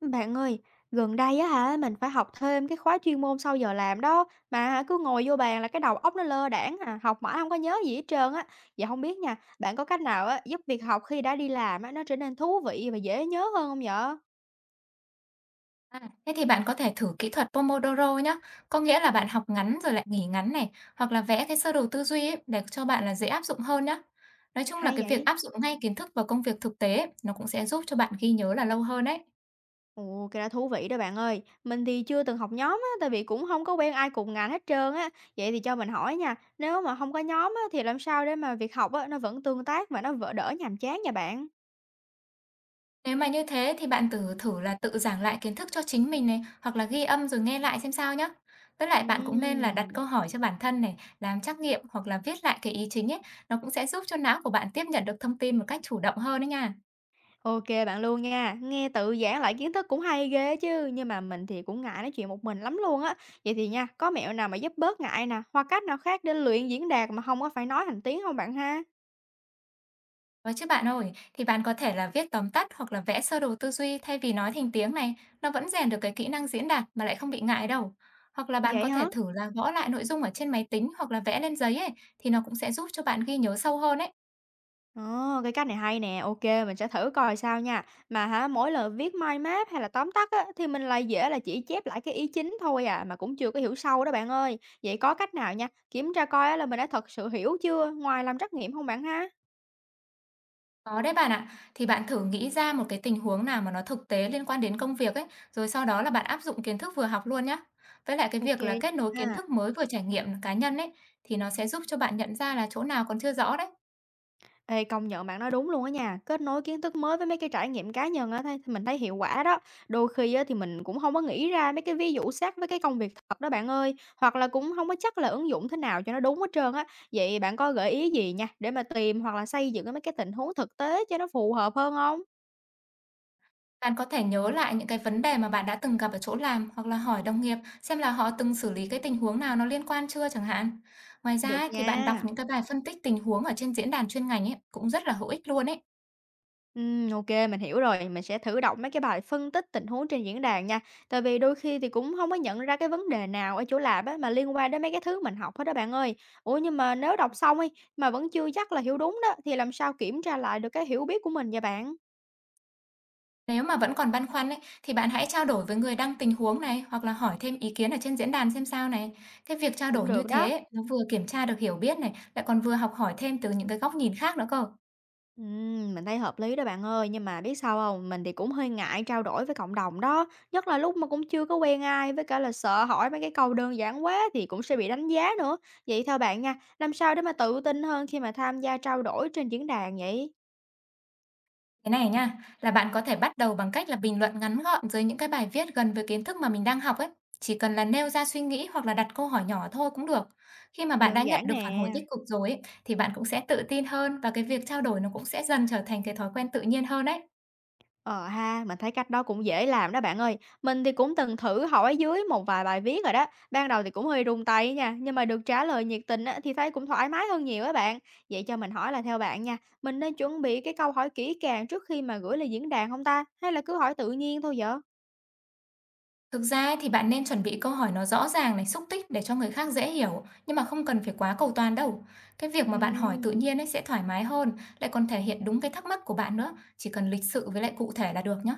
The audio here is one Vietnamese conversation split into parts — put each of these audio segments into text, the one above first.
Bạn ơi, gần đây á hả, mình phải học thêm cái khóa chuyên môn sau giờ làm đó, mà hả cứ ngồi vô bàn là cái đầu óc nó lơ đãng à, học mãi không có nhớ gì hết trơn á. Vậy không biết nha, bạn có cách nào á, giúp việc học khi đã đi làm á, nó trở nên thú vị và dễ nhớ hơn không nhở? À, thế thì bạn có thể thử kỹ thuật Pomodoro nhé. Có nghĩa là bạn học ngắn rồi lại nghỉ ngắn này, hoặc là vẽ cái sơ đồ tư duy ấy để cho bạn là dễ áp dụng hơn nhé. Nói chung là Hay cái việc vậy? áp dụng ngay kiến thức vào công việc thực tế ấy, nó cũng sẽ giúp cho bạn ghi nhớ là lâu hơn đấy. Ồ, cái đó thú vị đó bạn ơi. Mình thì chưa từng học nhóm á, tại vì cũng không có quen ai cùng ngành hết trơn á. Vậy thì cho mình hỏi nha, nếu mà không có nhóm á, thì làm sao để mà việc học á, nó vẫn tương tác và nó v đỡ nhàm chán nha bạn? Nếu mà như thế thì bạn thử thử là tự giảng lại kiến thức cho chính mình này, hoặc là ghi âm rồi nghe lại xem sao nhé. Với lại bạn cũng nên là đặt Ừm. câu hỏi cho bản thân này, làm trắc nghiệm hoặc là viết lại cái ý chính ấy, nó cũng sẽ giúp cho não của bạn tiếp nhận được thông tin một cách chủ động hơn đấy nha. OK bạn luôn nha. Nghe tự giảng lại kiến thức cũng hay ghê chứ, nhưng mà mình thì cũng ngại nói chuyện một mình lắm luôn á. Vậy thì nha, có mẹo nào mà giúp bớt ngại nè, hoặc cách nào khác để luyện diễn đạt mà không có phải nói thành tiếng không bạn ha? Có chứ bạn ơi, thì bạn có thể là viết tóm tắt hoặc là vẽ sơ đồ tư duy thay vì nói thành tiếng này, nó vẫn rèn được cái kỹ năng diễn đạt mà lại không bị ngại đâu. Hoặc là bạn Vậy có thể hả? thử là gõ lại nội dung ở trên máy tính hoặc là vẽ lên giấy ấy, thì nó cũng sẽ giúp cho bạn ghi nhớ sâu hơn ấy. Ồ, cái cách này hay nè, OK, mình sẽ thử coi sao nha. Mà hả, mỗi lần viết mind map hay là tóm tắt á, thì mình lại dễ là chỉ chép lại cái ý chính thôi à, mà cũng chưa có hiểu sâu đó bạn ơi. Vậy có cách nào nha, kiểm tra coi á, là mình đã thật sự hiểu chưa, ngoài làm trắc nghiệm không bạn ha? Có đấy bạn ạ, thì bạn thử nghĩ ra một cái tình huống nào mà nó thực tế liên quan đến công việc ấy, rồi sau đó là bạn áp dụng kiến thức vừa học luôn nhá. Với lại cái OK việc là kết nối kiến nha. thức mới vừa trải nghiệm cá nhân ấy, thì nó sẽ giúp cho bạn nhận ra là chỗ nào còn chưa rõ đấy. Ê, công nhận bạn nói đúng luôn á nha, kết nối kiến thức mới với mấy cái trải nghiệm cá nhân á, thấy mình thấy hiệu quả đó. Đôi khi á, thì mình cũng không có nghĩ ra mấy cái ví dụ sát với cái công việc thật đó bạn ơi, hoặc là cũng không có chắc là ứng dụng thế nào cho nó đúng hết trơn á. Vậy bạn có gợi ý gì nha, để mà tìm hoặc là xây dựng cái mấy cái tình huống thực tế cho nó phù hợp hơn không? Bạn có thể nhớ lại những cái vấn đề mà bạn đã từng gặp ở chỗ làm hoặc là hỏi đồng nghiệp xem là họ từng xử lý cái tình huống nào nó liên quan chưa chẳng hạn. Ngoài ra Được ấy, thì bạn đọc nha. những cái bài phân tích tình huống ở trên diễn đàn chuyên ngành ấy cũng rất là hữu ích luôn ấy. Ô mình hiểu rồi, mình sẽ thử đọc mấy cái bài phân tích tình huống trên diễn đàn nha. Tại vì đôi khi thì cũng không có nhận ra cái vấn đề nào ở chỗ làm á, mà liên quan đến mấy cái thứ mình học hết đó bạn ơi. Ủa, nhưng mà nếu đọc xong ấy mà vẫn chưa chắc là hiểu đúng đó, thì làm sao kiểm tra lại được cái hiểu biết của mình vậy bạn? Nếu mà vẫn còn băn khoăn ấy, thì bạn hãy trao đổi với người đăng tình huống này hoặc là hỏi thêm ý kiến ở trên diễn đàn xem sao này. Cái việc trao Cũng đổi như được đó. thế ấy, nó vừa kiểm tra được hiểu biết này, lại còn vừa học hỏi thêm từ những cái góc nhìn khác nữa cơ. Mình thấy hợp lý đó bạn ơi, nhưng mà biết sao không? Mình thì cũng hơi ngại trao đổi với cộng đồng đó, nhất là lúc mà cũng chưa có quen ai, với cả là sợ hỏi mấy cái câu đơn giản quá thì cũng sẽ bị đánh giá nữa. Vậy theo bạn nha, làm sao để mà tự tin hơn khi mà tham gia trao đổi trên diễn đàn vậy? Thế này nha, là bạn có thể bắt đầu bằng cách là bình luận ngắn gọn dưới những cái bài viết gần với kiến thức mà mình đang học ấy. Chỉ cần là nêu ra suy nghĩ hoặc là đặt câu hỏi nhỏ thôi cũng được. Khi mà bạn đã Đơn nhận giản được phản hồi nè. tích cực rồi ấy, thì bạn cũng sẽ tự tin hơn, và cái việc trao đổi nó cũng sẽ dần trở thành cái thói quen tự nhiên hơn đấy. Ờ ha, mình thấy cách đó cũng dễ làm đó bạn ơi. Mình thì cũng từng thử hỏi dưới một vài bài viết rồi đó. Ban đầu thì cũng hơi run tay nha, nhưng mà được trả lời nhiệt tình á, thì thấy cũng thoải mái hơn nhiều á bạn. Vậy cho mình hỏi là theo bạn nha, mình nên chuẩn bị cái câu hỏi kỹ càng trước khi mà gửi lên diễn đàn không ta? Hay là cứ hỏi tự nhiên thôi vậy? Thực ra ấy, thì bạn nên chuẩn bị câu hỏi nó rõ ràng này, xúc tích để cho người khác dễ hiểu, nhưng mà không cần phải quá cầu toàn đâu. Cái việc mà bạn hỏi tự Ừ. nhiên ấy sẽ thoải mái hơn, lại còn thể hiện đúng cái thắc mắc của bạn nữa, chỉ cần lịch sự với lại cụ thể là được nhá.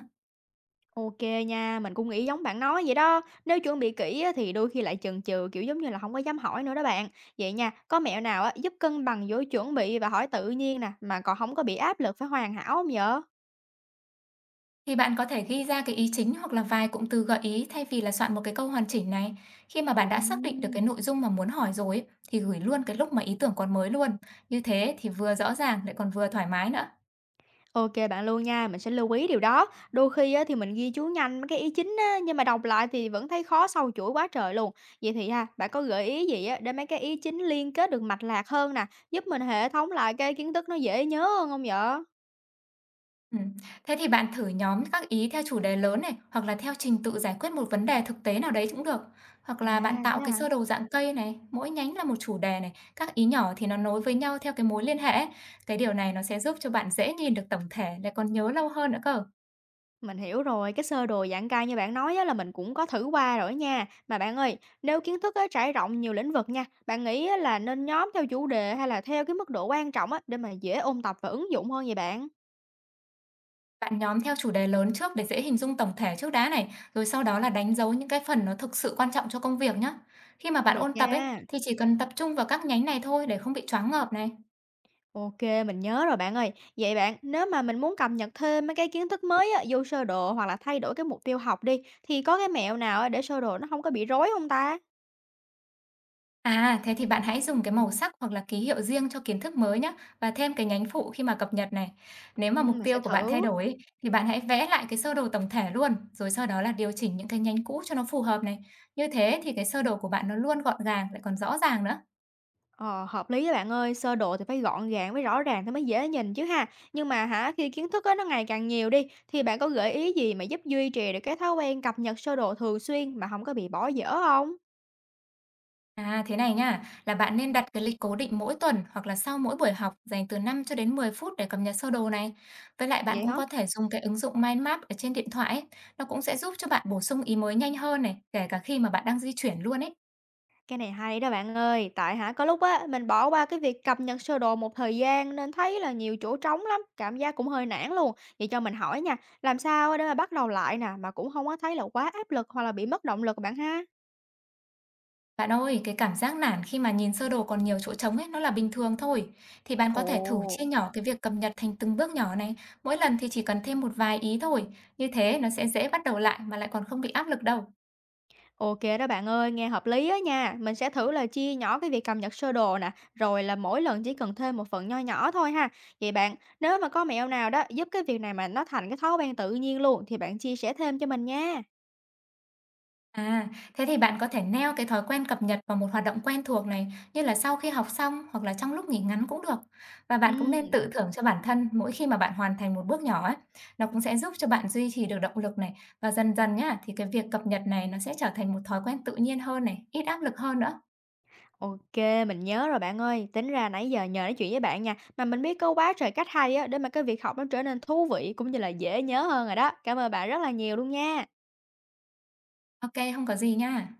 OK nha, mình cũng nghĩ giống bạn nói vậy đó. Nếu chuẩn bị kỹ á, thì đôi khi lại chần chừ, kiểu giống như là, không có dám hỏi nữa đó bạn. Vậy nha, có mẹo nào á, giúp cân bằng giữa chuẩn bị và hỏi tự nhiên nè, mà còn không có bị áp lực phải hoàn hảo hông vậy? Thì bạn có thể ghi ra cái ý chính hoặc là vài cụm từ gợi ý thay vì là soạn một cái câu hoàn chỉnh này. Khi mà bạn đã xác định được cái Ừm. nội dung mà muốn hỏi rồi ấy, thì gửi luôn cái lúc mà ý tưởng còn mới luôn. Như thế thì vừa rõ ràng lại còn vừa thoải mái nữa. OK bạn luôn nha, mình sẽ lưu ý điều đó. Đôi khi á, thì mình ghi chú nhanh mấy cái ý chính á, nhưng mà đọc lại thì vẫn thấy khó sâu chuỗi quá trời luôn. Vậy thì ha, bạn có gợi ý gì á, để mấy cái ý chính liên kết được mạch lạc hơn nè, giúp mình hệ thống lại cái kiến thức nó dễ nhớ hơn không vậy? Ừ. Thế thì bạn thử nhóm các ý theo chủ đề lớn này, hoặc là theo trình tự giải quyết một vấn đề thực tế nào đấy cũng được. Hoặc À, là bạn thế tạo cái à? sơ đồ dạng cây này, mỗi nhánh là một chủ đề này, các ý nhỏ thì nó nối với nhau theo cái mối liên hệ ấy. Cái điều này nó sẽ giúp cho bạn dễ nhìn được tổng thể, lại còn nhớ lâu hơn nữa cơ. Mình hiểu rồi, cái sơ đồ giảng cai như bạn nói á, là mình cũng có thử qua rồi nha. Mà bạn ơi, nếu kiến thức á, trải rộng nhiều lĩnh vực nha, bạn nghĩ á, là nên nhóm theo chủ đề hay là theo cái mức độ quan trọng á, để mà dễ ôn tập và ứng dụng hơn vậy bạn? Bạn nhóm theo chủ đề lớn trước để dễ hình dung tổng thể trước đã này, rồi sau đó là đánh dấu những cái phần nó thực sự quan trọng cho công việc nhé. Khi mà bạn Được ôn tập ấy, nha. thì chỉ cần tập trung vào các nhánh này thôi để không bị choáng ngợp này. OK, mình nhớ rồi bạn ơi. Vậy bạn, nếu mà mình muốn cập nhật thêm mấy cái kiến thức mới á, vô sơ đồ hoặc là thay đổi cái mục tiêu học đi, thì có cái mẹo nào á, để sơ đồ nó không có bị rối không ta? À, thế thì bạn hãy dùng cái màu sắc hoặc là ký hiệu riêng cho kiến thức mới nhé, và thêm cái nhánh phụ khi mà cập nhật này. Ừ, Nếu mà mục mình sẽ tiêu của bạn thay thử. đổi ấy, thì bạn hãy vẽ lại cái sơ đồ tổng thể luôn, rồi sau đó là điều chỉnh những cái nhánh cũ cho nó phù hợp này. Như thế thì cái sơ đồ của bạn nó luôn gọn gàng, lại còn rõ ràng nữa. Ờ, hợp lý á bạn ơi, sơ đồ thì phải gọn gàng với rõ ràng thì mới dễ nhìn chứ ha. Nhưng mà hả, khi kiến thức á, nó ngày càng nhiều đi, thì bạn có gợi ý gì mà giúp duy trì được cái thói quen cập nhật sơ đồ thường xuyên mà không có bị bỏ dở không? À, thế này nha, là bạn nên đặt cái lịch cố định mỗi tuần hoặc là sau mỗi buổi học, dành từ 5 cho đến 10 phút để cập nhật sơ đồ này. Với lại bạn Vậy cũng hả? có thể dùng cái ứng dụng Mind Map ở trên điện thoại ấy. Nó cũng sẽ giúp cho bạn bổ sung ý mới nhanh hơn này, kể cả khi mà bạn đang di chuyển luôn ấy. Cái này hay đó bạn ơi, tại hả có lúc á mình bỏ qua cái việc cập nhật sơ đồ một thời gian nên thấy là nhiều chỗ trống lắm, cảm giác cũng hơi nản luôn. Vậy cho mình hỏi nha, làm sao á để mà bắt đầu lại nè mà cũng không có thấy là quá áp lực hoặc là bị mất động lực bạn ha? Bạn ơi, cái cảm giác nản khi mà nhìn sơ đồ còn nhiều chỗ trống ấy, nó là bình thường thôi. Thì bạn có thể thử chia Ồ. nhỏ cái việc cập nhật thành từng bước nhỏ này. Mỗi lần thì chỉ cần thêm một vài ý thôi. Như thế nó sẽ dễ bắt đầu lại mà lại còn không bị áp lực đâu. OK đó bạn ơi, nghe hợp lý á nha. Mình sẽ thử là chia nhỏ cái việc cập nhật sơ đồ nè, rồi là mỗi lần chỉ cần thêm một phần nho nhỏ thôi ha. Vậy bạn, nếu mà có mẹo nào đó giúp cái việc này mà nó thành cái thói quen tự nhiên luôn thì bạn chia sẻ thêm cho mình nha. À, thế thì bạn có thể neo cái thói quen cập nhật vào một hoạt động quen thuộc này, như là sau khi học xong hoặc là trong lúc nghỉ ngắn cũng được. Và bạn cũng nên Ừm, tự thưởng cho bản thân mỗi khi mà bạn hoàn thành một bước nhỏ ấy. Nó cũng sẽ giúp cho bạn duy trì được động lực này, và dần dần nhá thì cái việc cập nhật này nó sẽ trở thành một thói quen tự nhiên hơn này, ít áp lực hơn nữa. OK, mình nhớ rồi bạn ơi. Tính ra nãy giờ nhờ nói chuyện với bạn nha, mà mình biết có quá trời cách hay á để mà cái việc học nó trở nên thú vị cũng như là dễ nhớ hơn rồi đó. Cảm ơn bạn rất là nhiều luôn nha. OK, không có gì nha.